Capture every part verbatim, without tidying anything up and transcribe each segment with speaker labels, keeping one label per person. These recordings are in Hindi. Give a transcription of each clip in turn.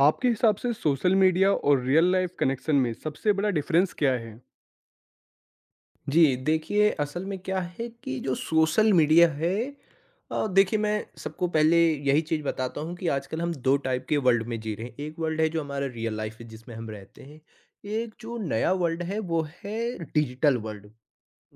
Speaker 1: आपके हिसाब से सोशल मीडिया और रियल लाइफ कनेक्शन में सबसे बड़ा डिफरेंस क्या है?
Speaker 2: जी, देखिए असल में क्या है कि जो सोशल मीडिया है। अ, देखिए मैं सबको पहले यही चीज़ बताता हूँ कि आजकल हम दो टाइप के वर्ल्ड में जी रहे हैं। एक वर्ल्ड है जो हमारा रियल लाइफ़ है जिसमें हम रहते हैं। एक जो नया वर्ल्ड है वो है डिजिटल वर्ल्ड,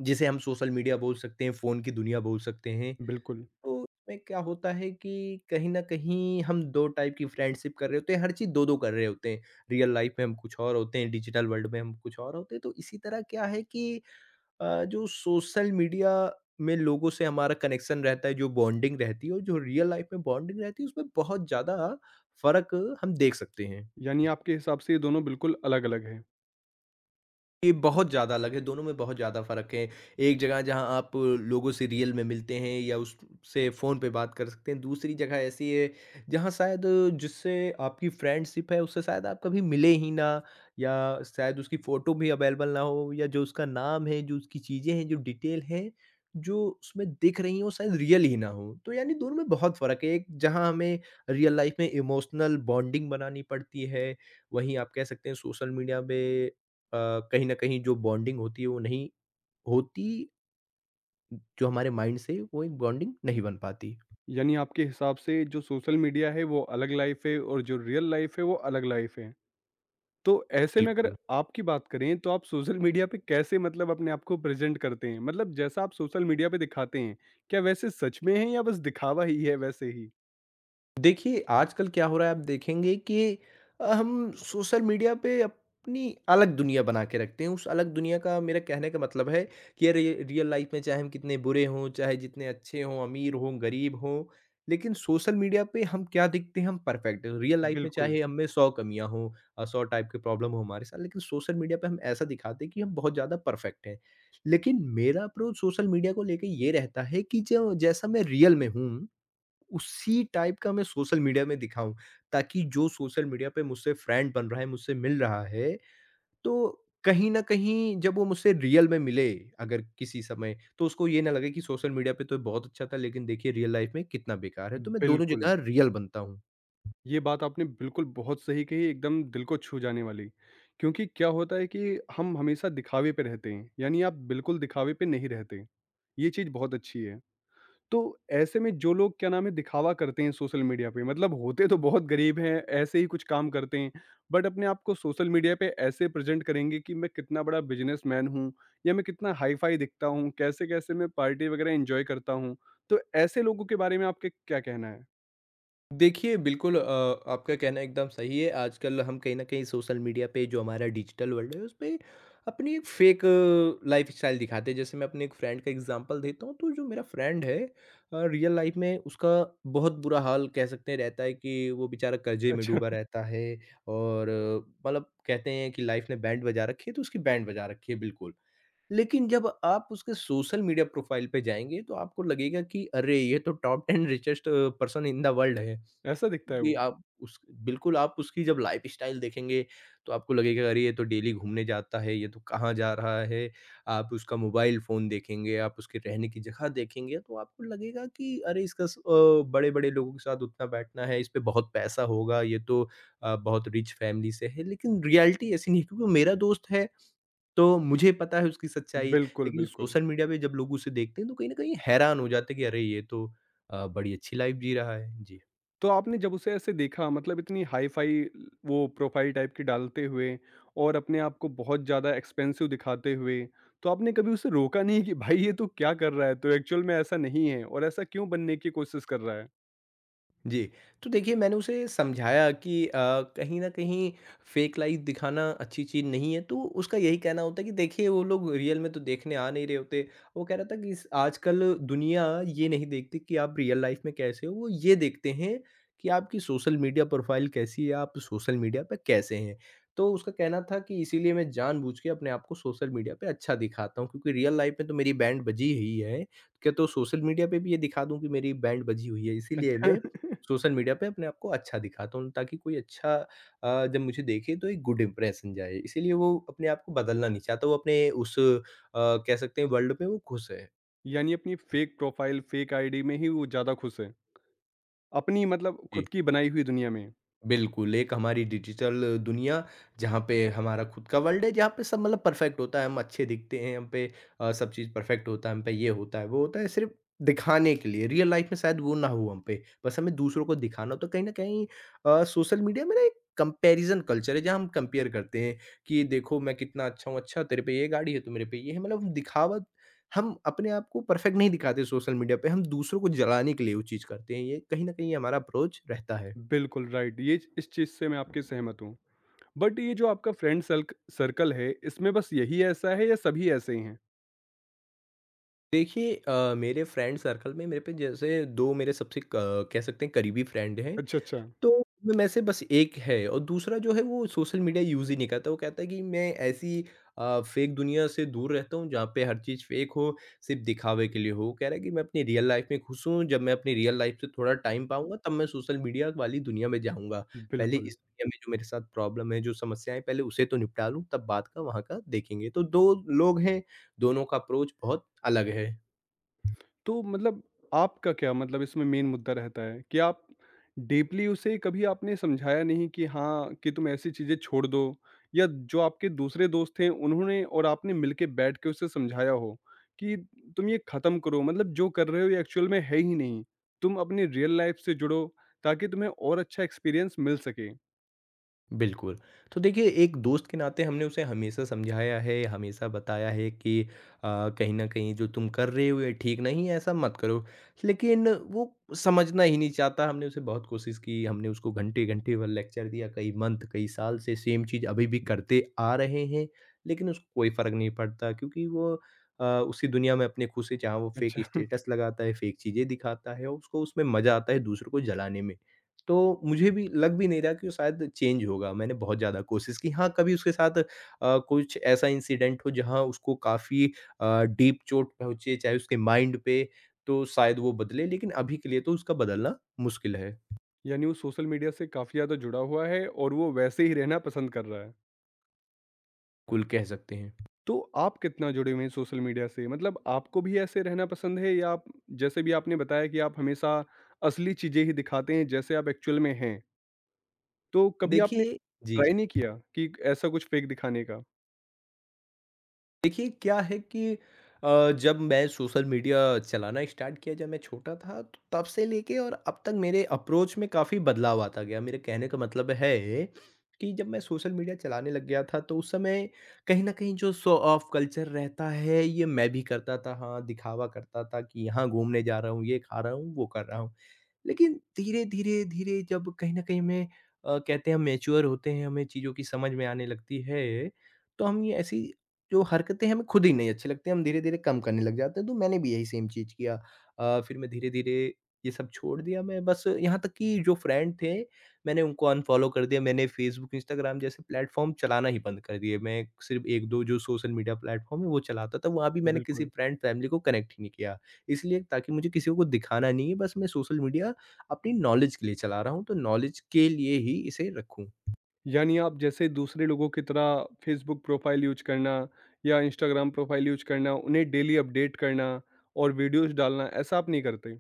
Speaker 2: जिसे हम सोशल मीडिया बोल सकते हैं, फ़ोन की दुनिया बोल सकते हैं।
Speaker 1: बिल्कुल।
Speaker 2: तो इसमें क्या होता है कि कहीं न कहीं हम दो टाइप की फ्रेंडशिप कर रहे होते हैं, हर चीज़ दो-दो कर रहे होते हैं। रियल लाइफ़ में हम कुछ और होते हैं, डिजिटल वर्ल्ड में हम कुछ और होते हैं। तो इसी तरह क्या है कि अ, जो सोशल मीडिया में लोगों से हमारा कनेक्शन रहता है, जो बॉन्डिंग रहती है और जो रियल लाइफ में बॉन्डिंग रहती है उसमें बहुत ज़्यादा फ़र्क हम देख सकते हैं।
Speaker 1: यानी आपके हिसाब से ये दोनों बिल्कुल अलग-अलग हैं।
Speaker 2: ये बहुत ज़्यादा अलग है, दोनों में बहुत ज़्यादा फ़र्क है। एक जगह जहाँ आप लोगों से रियल में मिलते हैं या उससे फ़ोन पे बात कर सकते हैं, दूसरी जगह ऐसी है जहाँ शायद जिससे आपकी फ्रेंडशिप है उससे शायद आप कभी मिले ही ना, या शायद उसकी फ़ोटो भी अवेलेबल ना हो, या जो उसका नाम है, जो उसकी चीज़ें हैं, जो डिटेल है, जो उसमें दिख रही हैं वो शायद रियल ही ना हो। तो यानी दोनों में बहुत फ़र्क है, एक जहाँ हमें रियल लाइफ़ में इमोशनल बॉन्डिंग बनानी पड़ती है, वहीं आप कह सकते हैं सोशल मीडिया पे अ, कहीं न कहीं जो बॉन्डिंग होती है वो नहीं होती, जो हमारे माइंड से वो एक बॉन्डिंग नहीं बन पाती।
Speaker 1: यानी आपके हिसाब से जो सोशल मीडिया है वो अलग लाइफ है और जो रियल लाइफ है वो अलग लाइफ है। तो ऐसे में अगर
Speaker 2: बिल्कुल।
Speaker 1: आपकी बात करें, तो आप सोशल मीडिया पे कैसे मतलब अपने आप को प्रेज़ेंट करते हैं? मतलब जैसा आप सोशल मीडिया पे दिखाते हैं, क्या वैसे सच में है या बस दिखावा ही है वैसे ही?
Speaker 2: देखिए, आजकल क्या हो रहा है आप देखेंगे कि अ, हम सोशल मीडिया पे अपनी अलग दुनिया बना के रखते हैं। उस अलग दुनिया का मेरा कहने का मतलब है कि अरे, रियल लाइफ़ में चाहे हम कितने बुरे हों, चाहे जितने अच्छे हों, अमीर हों, गरीब हों, लेकिन सोशल मीडिया पे हम क्या दिखते हैं, हम परफेक्ट। रियल लाइफ़ में
Speaker 1: बिल्कुल,
Speaker 2: चाहे हम में सौ कमियाँ हों, अ, सौ टाइप की प्रॉब्लम हो हमारे साथ, लेकिन सोशल मीडिया पे हम ऐसा दिखाते हैं कि हम बहुत ज़्यादा परफेक्ट हैं। लेकिन मेरा अप्रोच सोशल मीडिया को लेके ये रहता है कि जो जैसा मैं रियल में हूँ उसी टाइप का मैं सोशल मीडिया में दिखाऊँ, ताकि जो सोशल मीडिया पे मुझसे फ्रेंड बन रहा है, मुझसे मिल रहा है, तो कहीं न कहीं जब वो मुझसे रियल में मिले अगर किसी समय, तो उसको ये ना लगे कि सोशल मीडिया पे तो बहुत अच्छा था, लेकिन देखिए रियल लाइफ़ में कितना बेकार है। तो मैं दोनों
Speaker 1: बिल्कुल।
Speaker 2: जगह रियल बनता हूँ।
Speaker 1: ये बात आपने बिल्कुल बहुत सही कही, एकदम दिल को छू जाने वाली। क्योंकि क्या होता है कि हम हमेशा दिखावे पे रहते हैं, यानी आप बिल्कुल दिखावे पे नहीं रहते। ये चीज़ बहुत अच्छी है। तो ऐसे में जो लोग क्या नाम है दिखावा करते हैं सोशल मीडिया पे, मतलब होते तो बहुत गरीब हैं, ऐसे ही कुछ काम करते हैं, बट अपने आप को सोशल मीडिया पे ऐसे प्रेज़ेंट करेंगे कि मैं कितना बड़ा बिज़नेसमैन हूँ या मैं कितना हाई-फ़ाई दिखता हूँ, कैसे-कैसे मैं पार्टी वगैरह एन्जॉय करता हूँ। तो ऐसे लोगों के बारे में आपके क्या कहना है?
Speaker 2: देखिए, बिल्कुल। अ, आपका कहना एकदम सही है। आजकल हम कहीं न कहीं सोशल मीडिया पे जो हमारा डिजिटल वर्ल्ड है, उसपे अपनी एक फ़ेक लाइफ़स्टाइल दिखाते हैं। जैसे मैं अपने एक फ्रेंड का एग्ज़ाम्पल देता हूँ, तो जो मेरा फ्रेंड है अ, रियल लाइफ़ में उसका बहुत बुरा हाल कह सकते हैं रहता है कि वो बेचारा कर्ज़े में
Speaker 1: अच्छा।
Speaker 2: डूबा रहता है और अ, मतलब कहते हैं कि लाइफ़ ने बैंड बजा रखी है, तो उसकी बैंड बजा रखी है, बिल्कुल। लेकिन जब आप उसके सोशल मीडिया प्रोफ़ाइल पे जाएँगे, तो आपको लगेगा कि अरे! ये तो top ten richest person in the world है।
Speaker 1: ऐसा दिखता है
Speaker 2: क्योंकि
Speaker 1: वो?
Speaker 2: आप उस बिल्कुल, आप उसकी जब लाइफ़स्टाइल देखेंगे, तो आपको लगेगा अरे! ये तो डेली घूमने जाता है, ये तो कहाँ जा रहा है। आप उसका मोबाइल फ़ोन देखेंगे, आप उसके रहने की जगह देखेंगे, तो आपको लगेगा कि अरे! इसका स अ, बड़े-बड़े लोगों के साथ उठना बैठना है, इस पे बहुत पैसा होगा, ये तो अ, बहुत रिच फ़ैमिली से है। लेकिन रियलिटी ऐसी नहीं है क्योंकि वो मेरा दोस्त है, तो मुझे पता है उसकी सच्चाई।
Speaker 1: बिल्कुल,
Speaker 2: लेकिन
Speaker 1: बिल्कुल।
Speaker 2: सोशल मीडिया पे जब लोग उसे देखते हैं, तो कहीं न कहीं हैरान हो जाते हैं कि अरे! ये तो अ, बड़ी अच्छी लाइफ़ जी रहा है। जी।
Speaker 1: तो आपने जब उसे ऐसे देखा, मतलब इतनी हाई-फ़ाई वो प्रोफ़ाइल टाइप की डालते हुए और अपने आप को बहुत ज़्यादा एक्सपेंसिव दिखाते हुए, तो आपने कभी उसे रोका नहीं कि भाई ये तू क्या कर रहा है? तू एक्चुअल में ऐसा नहीं है और ऐसा क्यों बनने की कोशिश कर रहा है?
Speaker 2: जी, तो देखिए मैंने उसे समझाया कि अ, कहीं न कहीं फ़ेक लाइफ़ दिखाना अच्छी चीज़ नहीं है, तो उसका यही कहना होता है कि देखिए वो लोग रियल में तो देखने आ नहीं रहे होते। वो कह रहा था कि इस आजकल दुनिया ये नहीं देखती कि आप रियल लाइफ़ में कैसे हो, वो ये देखते हैं कि आपकी सोशल मीडिया प्रोफ़ाइल कैसी है, आप सोशल मीडिया पे कैसे हैं। तो उसका कहना था कि इसीलिए मैं जानबूझ के अपने आप को सोशल मीडिया पे अच्छा दिखाता हूँ क्योंकि रियल लाइफ़ में तो मेरी बैंड बजी ही है, क्या तो सोशल मीडिया पे भी ये दिखा दूँ कि मेरी बैंड बजी हुई है, इसीलिए
Speaker 1: अच्छा
Speaker 2: मैं सोशल मीडिया पे अपने आप को अच्छा दिखाता हूँ ताकि कोई अच्छा अ, जब मुझे देखे तो एक गुड इंप्रेशन जाए। इसीलिए वो अपने आप को बदलना नहीं चाहता, वो अपने उस अ, कह सकते हैं वर्ल्ड में वो खुश है।
Speaker 1: यानी अपनी फ़ेक प्रोफ़ाइल, फ़ेक आईडी में ही वो ज़्यादा खुश है। अपनी मतलब
Speaker 2: जी।
Speaker 1: खुद की बनाई हुई दुनिया में।
Speaker 2: बिल्कुल, एक हमारी डिजिटल दुनिया, जहाँ पे हमारा खुद का वर्ल्ड है, जहाँ पे सब मतलब परफ़ेक्ट होता है, हम अच्छे दिखते हैं, हम पे अ, सब चीज़ परफ़ेक्ट होता है, हम पे ये होता है, वो होता है, सिर्फ़ दिखाने के लिए। रियल लाइफ़ में शायद वो ना हो हम पे, बस हमें दूसरों को दिखाना हो। तो कहीं न कहीं अ, सोशल मीडिया में ना एक कंपैरिज़न कल्चर है, जहाँ हम कंपेयर करते हैं कि देखो मैं कितना अच्छा हूँ, अच्छा तेरे पे ये गाड़ी है, तो मेरे पे ये है। मतलब हम दिखावा हम अपने आप को परफ़ेक्ट नहीं दिखाते सोशल मीडिया पे, हम दूसरों को जलाने के लिए वो चीज़ करते हैं। ये कहीं न कहीं हमारा अप्रोच रहता है।
Speaker 1: बिल्कुल राइट, ये इस चीज़ से मैं आपके सहमत हूँ। बट ये जो आपका फ्रेंड सल्क सर्कल है, इसमें बस यही ऐसा है या सभी ऐसे ही हैं?
Speaker 2: देखिए अ, मेरे फ्रेंड सर्कल में मेरे पे जैसे दो मेरे सबसे क कह सकते हैं करीबी फ्रेंड हैं,
Speaker 1: अच्छा, अच्छा।
Speaker 2: तो उनमें में से बस एक है और दूसरा जो है वो सोशल मीडिया यूज़ ही नहीं करता। वो कहता है कि मैं ऐसी अ, फ़ेक दुनिया से दूर रहता हूँ जहाँ पे हर चीज़ फ़ेक हो, सिर्फ़ दिखावे के लिए हो। वो कह रहा है कि मैं अपनी रियल लाइफ़ में खुश हूँ, जब मैं अपनी रियल लाइफ़ से थोड़ा टाइम पाऊँगा तब मैं सोशल मीडिया वाली दुनिया में जाऊँगा। पहले
Speaker 1: बिल्कुल।
Speaker 2: इस दुनिया में जो मेरे साथ प्रॉब्लम है, जो समस्याएँ हैं, पहले उसे तो निपटा लूँ तब बात का वहाँ का देखेंगे। तो दो लोग हैं, दोनों का अप्रोच बहुत अलग है।
Speaker 1: तो मतलब आपका क्या मतलब इसमें मेन मुद्दा रहता है कि आप डीपली उसे कभी आपने समझाया नहीं कि हाँ, कि तुम ऐसी चीज़ें छोड़ दो, या जो आपके दूसरे दोस्त हैं उन्होंने और आपने मिलके बैठ के उसे समझाया हो कि तुम ये ख़त्म करो, मतलब जो कर रहे हो ये एक्चुअल में है ही नहीं। तुम अपनी रियल लाइफ़ से जुड़ो ताकि तुम्हें और अच्छा एक्सपीरियंस मिल सके।
Speaker 2: बिल्कुल। तो देखिए एक दोस्त के नाते हमने उसे हमेशा समझाया है, हमेशा बताया है कि अ, कहीं न कहीं जो तुम कर रहे हो ये ठीक नहीं है, ऐसा मत करो। लेकिन वो समझना ही नहीं चाहता, हमने उसे बहुत कोशिश की, हमने उसको घंटे-घंटे भर लेक्चर दिया, कई मंथ, कई साल से सेम चीज़ अभी भी करते आ रहे हैं, लेकिन उसको कोई फ़र्क नहीं पड़ता क्योंकि वो अ, उसी दुनिया में अपने खुश है जहाँ वो फ़ेक
Speaker 1: अच्छा
Speaker 2: स्टेटस लगाता है, फ़ेक चीज़ें दिखाता है और उसको उसमें मज़ा आता है दूसरों को जलाने में। तो मुझे भी लग भी नहीं रहा कि वो शायद चेंज होगा। मैंने बहुत ज़्यादा कोशिश की। हाँ, कभी उसके साथ अ, कुछ ऐसा इंसिडेंट हो जहाँ उसको काफ़ी अ, डीप चोट पहुँचे, चाहे उसके माइंड पे, तो शायद वो बदले, लेकिन अभी के लिए तो उसका बदलना मुश्किल है,
Speaker 1: यानी वो सोशल मीडिया से काफ़ी ज़्यादा जुड़ा हुआ है और वो वैसे ही रहना पसंद कर रहा है।
Speaker 2: कुल कह सकते हैं।
Speaker 1: तो आप कितना जुड़े हुए हैं सोशल मीडिया से? मतलब आपको भी ऐसे रहना पसंद है या आप जैसे भी आपने बताया कि आप हमेशा असली चीज़ें ही दिखाते हैं जैसे आप एक्चुअल में हैं। तो कभी आपने
Speaker 2: देखिए जी।
Speaker 1: ट्राई नहीं किया कि ऐसा कुछ फ़ेक दिखाने का?
Speaker 2: देखिए क्या है कि अ, जब मैं सोशल मीडिया चलाना स्टार्ट किया जब मैं छोटा था तो तब से लेके और अब तक मेरे अप्रोच में काफ़ी बदलाव आता गया, मेरे कहने का मतलब है कि जब मैं सोशल मीडिया चलाने लग गया था तो उस समय कहीं ना कहीं जो शो ऑफ कल्चर रहता है ये मैं भी करता था, हाँ दिखावा करता था कि यहाँ घूमने जा रहा हूँ, ये खा रहा हूँ, वो कर रहा हूँ। लेकिन धीरे धीरे धीरे जब कहीं ना कहीं हमें अ, कहते हैं हम मेच्योर होते हैं, हमें चीज़ों की समझ में आने लगती है, तो हम ये ऐसी जो हरकतें हमें खुद ही नहीं अच्छी लगती, हम धीरे-धीरे कम करने लग जाते हैं, तो मैंने भी यही सेम चीज़ किया। अ, फिर मैं धीरे-धीरे ये सब छोड़ दिया, मैं बस यहाँ तक कि जो फ्रेंड थे, मैंने उनको अनफ़ॉलो कर दिया, मैंने फ़ेसबुक, इंस्टाग्राम जैसे प्लेटफ़ॉर्म चलाना ही बंद कर दिए। मैं सिर्फ़ एक दो जो सोशल मीडिया प्लेटफ़ॉर्म है, वो चलाता था, वहाँ भी मैंने किसी
Speaker 1: बिल्कुल।
Speaker 2: फ्रेंड, फ़ैमिली को कनेक्ट ही नहीं किया। इसलिए ताकि मुझे किसी को दिखाना नहीं है, बस मैं सोशल मीडिया अपनी नॉलेज के लिए चला रहा हूँ, तो नॉलेज के लिए ही इसे रखूँ।
Speaker 1: यानी आप जैसे दूसरे लोगों की तरह फ़ेसबुक प्रोफ़ाइल यूज़ करना या इंस्टाग्राम प्रोफ़ाइल यूज़ करना, उन्हें डेली अपडेट करना और वीडियोज़ डालना, ऐसा आप नहीं करते?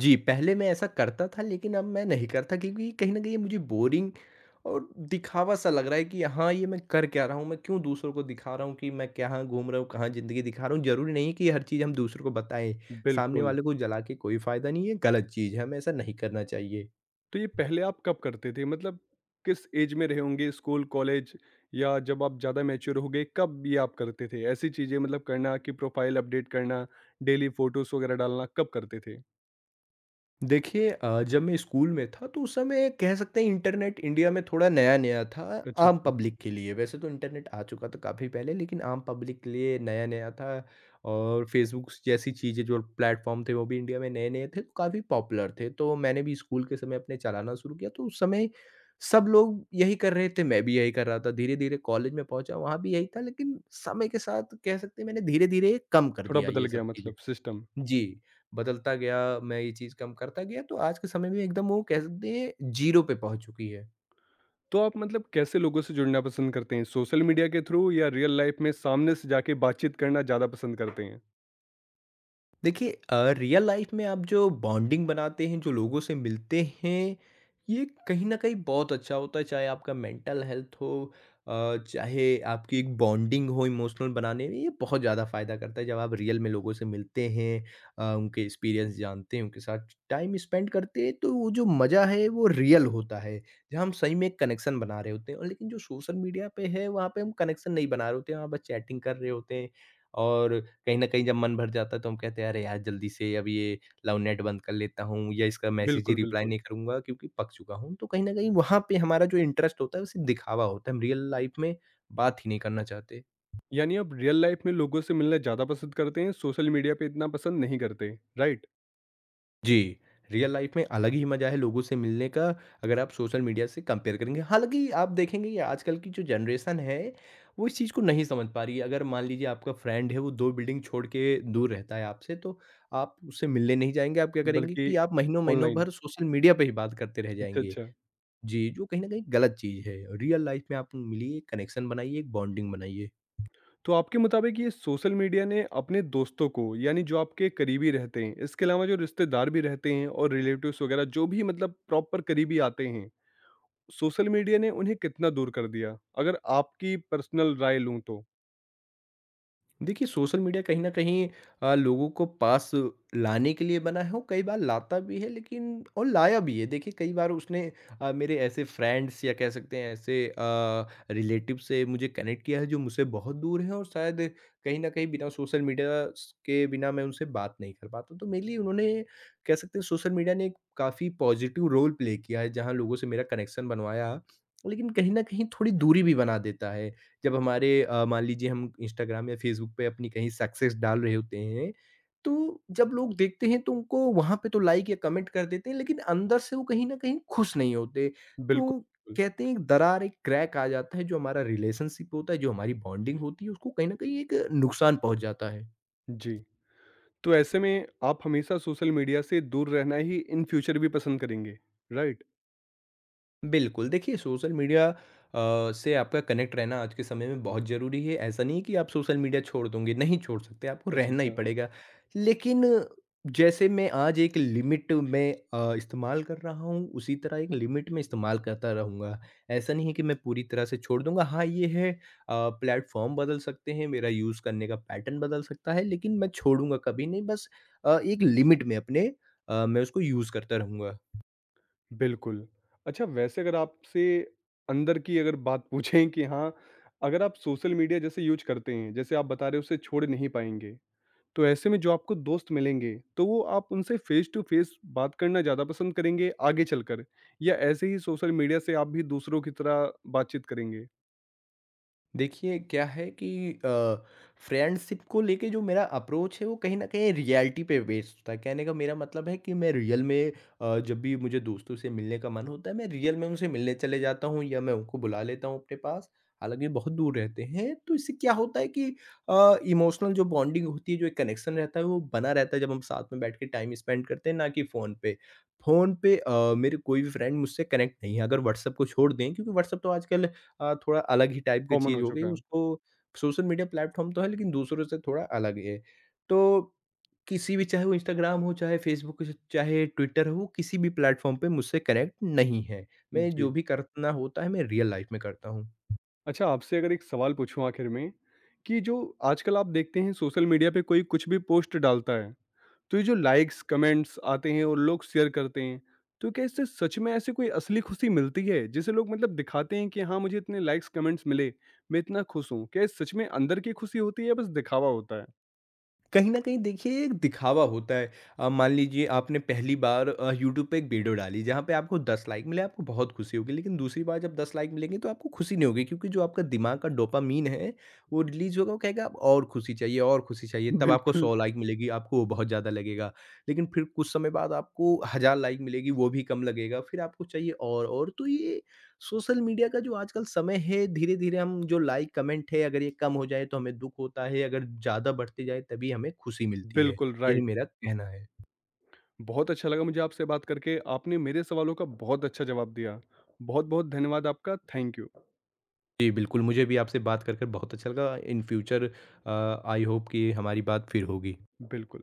Speaker 2: जी, पहले मैं ऐसा करता था लेकिन अब मैं नहीं करता क्योंकि कहीं न कहीं ये मुझे बोरिंग और दिखावा-सा लग रहा है कि हाँ, ये मैं कर क्या रहा हूँ? मैं क्यों दूसरों को दिखा रहा हूँ कि मैं कहाँ घूम रहा हूँ, कहाँ ज़िंदगी दिखा रहा हूँ? ज़रूरी नहीं है कि हर चीज़ हम दूसरों को बताएँ, सामने
Speaker 1: बिल्कुल।
Speaker 2: वाले को जला के कोई फ़ायदा नहीं है, गलत चीज़ है, हमें ऐसा नहीं करना चाहिए।
Speaker 1: तो ये पहले आप कब करते थे, मतलब किस एज में रहे होंगे, स्कूल कॉलेज या जब आप ज़्यादा मैच्योर हो गए? कब ये आप करते थे ऐसी चीज़ें, मतलब करना कि प्रोफाइल अपडेट करना, डेली फोटोज़ वगैरह डालना कब करते थे?
Speaker 2: देखिए अ, जब मैं स्कूल में था तो उस समय कह सकते हैं इंटरनेट इंडिया में थोड़ा नया-नया था
Speaker 1: अच्छा,
Speaker 2: आम
Speaker 1: अच्छा।
Speaker 2: पब्लिक के लिए। वैसे तो इंटरनेट आ चुका था काफ़ी पहले लेकिन आम पब्लिक के लिए नया-नया था और फ़ेसबुक जैसी चीज़ें जो प्लेटफ़ॉर्म थे वो भी इंडिया में नए-नए थे, तो काफ़ी पॉपुलर थे। तो मैंने भी स्कूल के समय अपने चलाना शुरू किया तो उस समय सब लोग यही कर रहे थे, मैं भी यही कर रहा था। धीरे-धीरे कॉलेज में पहुँचा वहाँ भी यही था लेकिन समय के साथ कह सकते हैं मैंने धीरे-धीरे कम कर
Speaker 1: थोड़ा
Speaker 2: दिया
Speaker 1: बदल
Speaker 2: ये सब
Speaker 1: गया
Speaker 2: चीज़ें।
Speaker 1: मतलब सिस्टम?
Speaker 2: जी, बदलता गया, मैं ये चीज़ कम करता गया, तो आज के समय में एकदम वो कह सकते हैं ज़ीरो पे पहुँच चुकी है।
Speaker 1: तो आप मतलब कैसे लोगों से जुड़ना पसंद करते हैं, सोशल मीडिया के थ्रू या रियल लाइफ में सामने से जाके बातचीत करना ज़्यादा पसंद करते हैं?
Speaker 2: देखिए अ, रियल लाइफ में आप जो बॉन्डिंग बनाते हैं, जो लोगों से मिलते हैं, ये कहीं न कहीं बहुत अच्छा होता है, चाहे आपका मेंटल हेल्थ हो अ, चाहे आपकी एक बॉन्डिंग हो इमोशनल बनाने में, ये बहुत ज़्यादा फ़ायदा करता है। जब आप रियल में लोगों से मिलते हैं अ, उनके एक्सपीरियंस जानते हैं, उनके साथ टाइम स्पेंड करते हैं, तो वो जो मज़ा है, वो रियल होता है, जहाँ हम सही में एक कनेक्शन बना रहे होते हैं और लेकिन जो सोशल मीडिया पे है, वहाँ पे हम कनेक्शन नहीं बना रहे होते हैं, वहाँ बस चैटिंग कर रहे होते हैं। और कहीं न कहीं जब मन भर जाता है तो हम कहते हैं, "अरे यार! जल्दी से अब ये लव नेट बंद कर लेता हूँ या इसका मैसेज ही
Speaker 1: बिल्कुल,
Speaker 2: रिप्लाई
Speaker 1: बिल्कुल।
Speaker 2: नहीं करूँगा क्योंकि पक चुका हूँ।" तो कहीं न कहीं वहाँ पे हमारा जो इंटरेस्ट होता है वो सिर्फ़ दिखावा होता है। हम रियल लाइफ़ में बात ही नहीं करना चाहते।
Speaker 1: यानी आप रियल लाइफ में लोगों से मिलना ज़्यादा पसंद करते हैं, सोशल मीडिया पे इतना पसंद नहीं करते, राइट?
Speaker 2: जी, रियल लाइफ़ में अलग ही मज़ा है लोगों से मिलने का, अगर आप सोशल मीडिया से कंपेयर करेंगे। हालाँकि आप देखेंगे ये आजकल की जो जनरेशन है, वो इस चीज़ को नहीं समझ पा रही है। अगर मान लीजिए आपका फ्रेंड है, वो दो बिल्डिंग छोड़ के दूर रहता है आपसे, तो आप उससे मिलने नहीं जाएँगे। आप क्या करेंगे
Speaker 1: बल्कि
Speaker 2: कि आप महीनों-महीनों
Speaker 1: ऑनलाइन।
Speaker 2: भर सोशल मीडिया पे ही बात करते रह
Speaker 1: अच्छा,
Speaker 2: जाएँगे।
Speaker 1: अच्छा।
Speaker 2: जी, जो कहीं न कहीं गलत चीज़ है। रियल लाइफ़ में आप मिलिए, कनेक्शन बनाइए, एक बॉन्डिंग बनाइए।
Speaker 1: तो आपके मुताबिक ये सोशल मीडिया ने अपने दोस्तों को, यानी जो आपके करीबी रहते हैं, इसके अलावा जो रिश्तेदार भी रहते हैं और रिलेटिव्स वगैरह जो भी मतलब प्रॉपर करीबी आते हैं, सोशल मीडिया ने उन्हें कितना दूर कर दिया, अगर आपकी पर्सनल राय लूं तो?
Speaker 2: देखिए, सोशल मीडिया कहीं न कहीं अ, लोगों को पास लाने के लिए बना है और कई बार लाता भी है लेकिन और लाया भी है। देखिए, कई बार उसने अ, मेरे ऐसे फ्रेंड्स या कह सकते हैं ऐसे अ, रिलेटिव से मुझे कनेक्ट किया है जो मुझसे बहुत दूर हैं और शायद कहीं न कहीं बिना सोशल मीडिया स के बिना मैं उनसे बात नहीं कर पाता। तो मेनली उन्होंने कह सकते हैं सोशल मीडिया ने एक काफ़ी पॉज़िटिव रोल प्ले किया है जहाँ लोगों से मेरा कनेक्शन बनवाया, लेकिन कहीं न कहीं थोड़ी दूरी भी बना देता है। जब हमारे अ, मान लीजिए हम इंस्टाग्राम या फ़ेसबुक पे अपनी कहीं सक्सेस डाल रहे होते हैं, तो जब लोग देखते हैं तो उनको वहाँ पे तो लाइक या कमेंट कर देते हैं, लेकिन अंदर से वो कहीं न कहीं खुश नहीं होते। तो
Speaker 1: बिल्कुल।
Speaker 2: कहते हैं एक दरार, एक क्रैक आ जाता है, जो हमारा रिलेशनशिप होता है, जो हमारी बॉन्डिंग होती है, उसको कहीं न कहीं एक नुकसान पहुँच जाता है।
Speaker 1: जी। तो ऐसे में आप हमेशा सोशल मीडिया से दूर रहना ही इन फ्यूचर भी पसंद करेंगे, राइट?
Speaker 2: बिल्कुल, देखिए सोशल मीडिया अ, से आपका कनेक्ट रहना आज के समय में बहुत ज़रूरी है। ऐसा नहीं है कि आप सोशल मीडिया छोड़ दोगे, नहीं छोड़ सकते, आपको
Speaker 1: अच्छा,
Speaker 2: रहना ही
Speaker 1: अच्छा।
Speaker 2: पड़ेगा। लेकिन जैसे मैं आज एक लिमिट में अ, इस्तेमाल कर रहा हूँ, उसी तरह एक लिमिट में इस्तेमाल करता रहूँगा। ऐसा नहीं है कि मैं पूरी तरह से छोड़ दूँगा। हाँ, ये है अ, प्लेटफ़ॉर्म बदल सकते हैं, मेरा यूज़ करने का पैटर्न बदल सकता है, लेकिन मैं छोड़ूँगा कभी नहीं। बस अ, एक लिमिट में अपने अ, मैं उसको यूज़ करता रहूँगा।
Speaker 1: बिल्कुल। अच्छा वैसे अगर आपसे अंदर की अगर बात पूछें कि हाँ, अगर आप सोशल मीडिया जैसे यूज़ करते हैं, जैसे आप बता रहे हो उसे छोड़ नहीं पाएँगे, तो ऐसे में जो आपको दोस्त मिलेंगे, तो वो आप उनसे फ़ेस टू फ़ेस बात करना ज़्यादा पसंद करेंगे आगे चलकर? या ऐसे ही सोशल मीडिया से आप भी दूसरों की तरह बातचीत करेंगे?
Speaker 2: देखिए क्या है कि अ, फ्रेंडशिप को लेके जो मेरा अप्रोच है वो कहीं न कहीं रियलिटी पे बेस्ड था। कहने का मेरा मतलब है कि मैं रियल में अ, जब भी मुझे दोस्तों से मिलने का मन होता है मैं रियल में उनसे मिलने चले जाता हूँ या मैं उनको बुला लेता हूँ अपने पास। हालाँकि बहुत दूर रहते हैं तो इससे क्या होता है कि अ, इमोशनल जो बॉन्डिंग होती है जो एक कनेक्शन रहता है वो बना रहता है जब हम साथ में बैठ के टाइम स्पेंड करते हैं ना कि फ़ोन पे। फ़ोन पे अ, मेरे कोई भी फ्रेंड मुझसे कनेक्ट नहीं है अगर व्हाट्सएप को छोड़ दें क्योंकि व्हाट्सएप तो आजकल अ, थोड़ा अलग ही टाइप की
Speaker 1: कॉमन
Speaker 2: चीज़
Speaker 1: हो
Speaker 2: हो गई
Speaker 1: चुका है?
Speaker 2: उसको सोशल मीडिया प्लेटफ़ॉर्म तो है लेकिन दूसरों से थोड़ा अलग है। तो किसी भी चाहे वो इंस्टाग्राम हो, चाहे फ़ेसबुक हो, चाहे ट्विटर हो, किसी भी प्लेटफ़ॉर्म पे मुझसे कनेक्ट नहीं है। मैं
Speaker 1: जी।
Speaker 2: जो भी करना होता है मैं रियल लाइफ़ में करता हूँ।
Speaker 1: अच्छा आपसे अगर एक सवाल पूछूँ आखिर में, कि जो आजकल आप देखते हैं सोशल मीडिया पे कोई कुछ भी पोस्ट डालता है, तो ये जो लाइक्स, कमेंट्स आते हैं और लोग शेयर करते हैं, तो क्या इससे सच में ऐसी कोई असली खुशी मिलती है? जिसे लोग मतलब दिखाते हैं कि हाँ, मुझे इतने लाइक्स, कमेंट्स मिले, मैं इतना खुश हूँ। क्या ये सच में अंदर की खुशी होती है या बस दिखावा होता है?
Speaker 2: कहीं न कहीं देखिए एक दिखावा होता है। अ, मान लीजिए आपने पहली बार अ, यूट्यूब पे एक वीडियो डाली जहाँ पे आपको दस लाइक मिले आपको बहुत खुशी होगी। लेकिन दूसरी बार जब दस लाइक मिलेंगे तो आपको खुशी नहीं होगी क्योंकि जो आपका दिमाग का डोपामाइन है वो रिलीज़ होगा वो कहेगा अब और खुशी चाहिए और खुशी चाहिए। तब आपको
Speaker 1: बिल्कुल,
Speaker 2: सौ लाइक मिलेगी आपको वो बहुत ज़्यादा लगेगा। लेकिन फिर कुछ समय बाद आपको हज़ार लाइक मिलेगी वो भी कम लगेगा। फिर आपको चाहिए और, और तो ये सोशल मीडिया का जो आजकल समय है धीरे-धीरे हम जो लाइक कमेंट है अगर ये कम हो जाए तो हमें दुःख होता है, अगर ज़्यादा बढ़ते जाए तभी हमें खुशी मिलती है,
Speaker 1: बिल्कुल
Speaker 2: यही
Speaker 1: राइट।
Speaker 2: मेरा कहना है।
Speaker 1: बहुत अच्छा लगा मुझे आपसे बात करके। आपने मेरे सवालों का बहुत अच्छा जवाब दिया। बहुत-बहुत धन्यवाद आपका। Thank you.
Speaker 2: जी, बिल्कुल मुझे भी आपसे बात कर कर बहुत अच्छा लगा। In future a, I hope कि हमारी बात फिर होगी।
Speaker 1: बिल्कुल।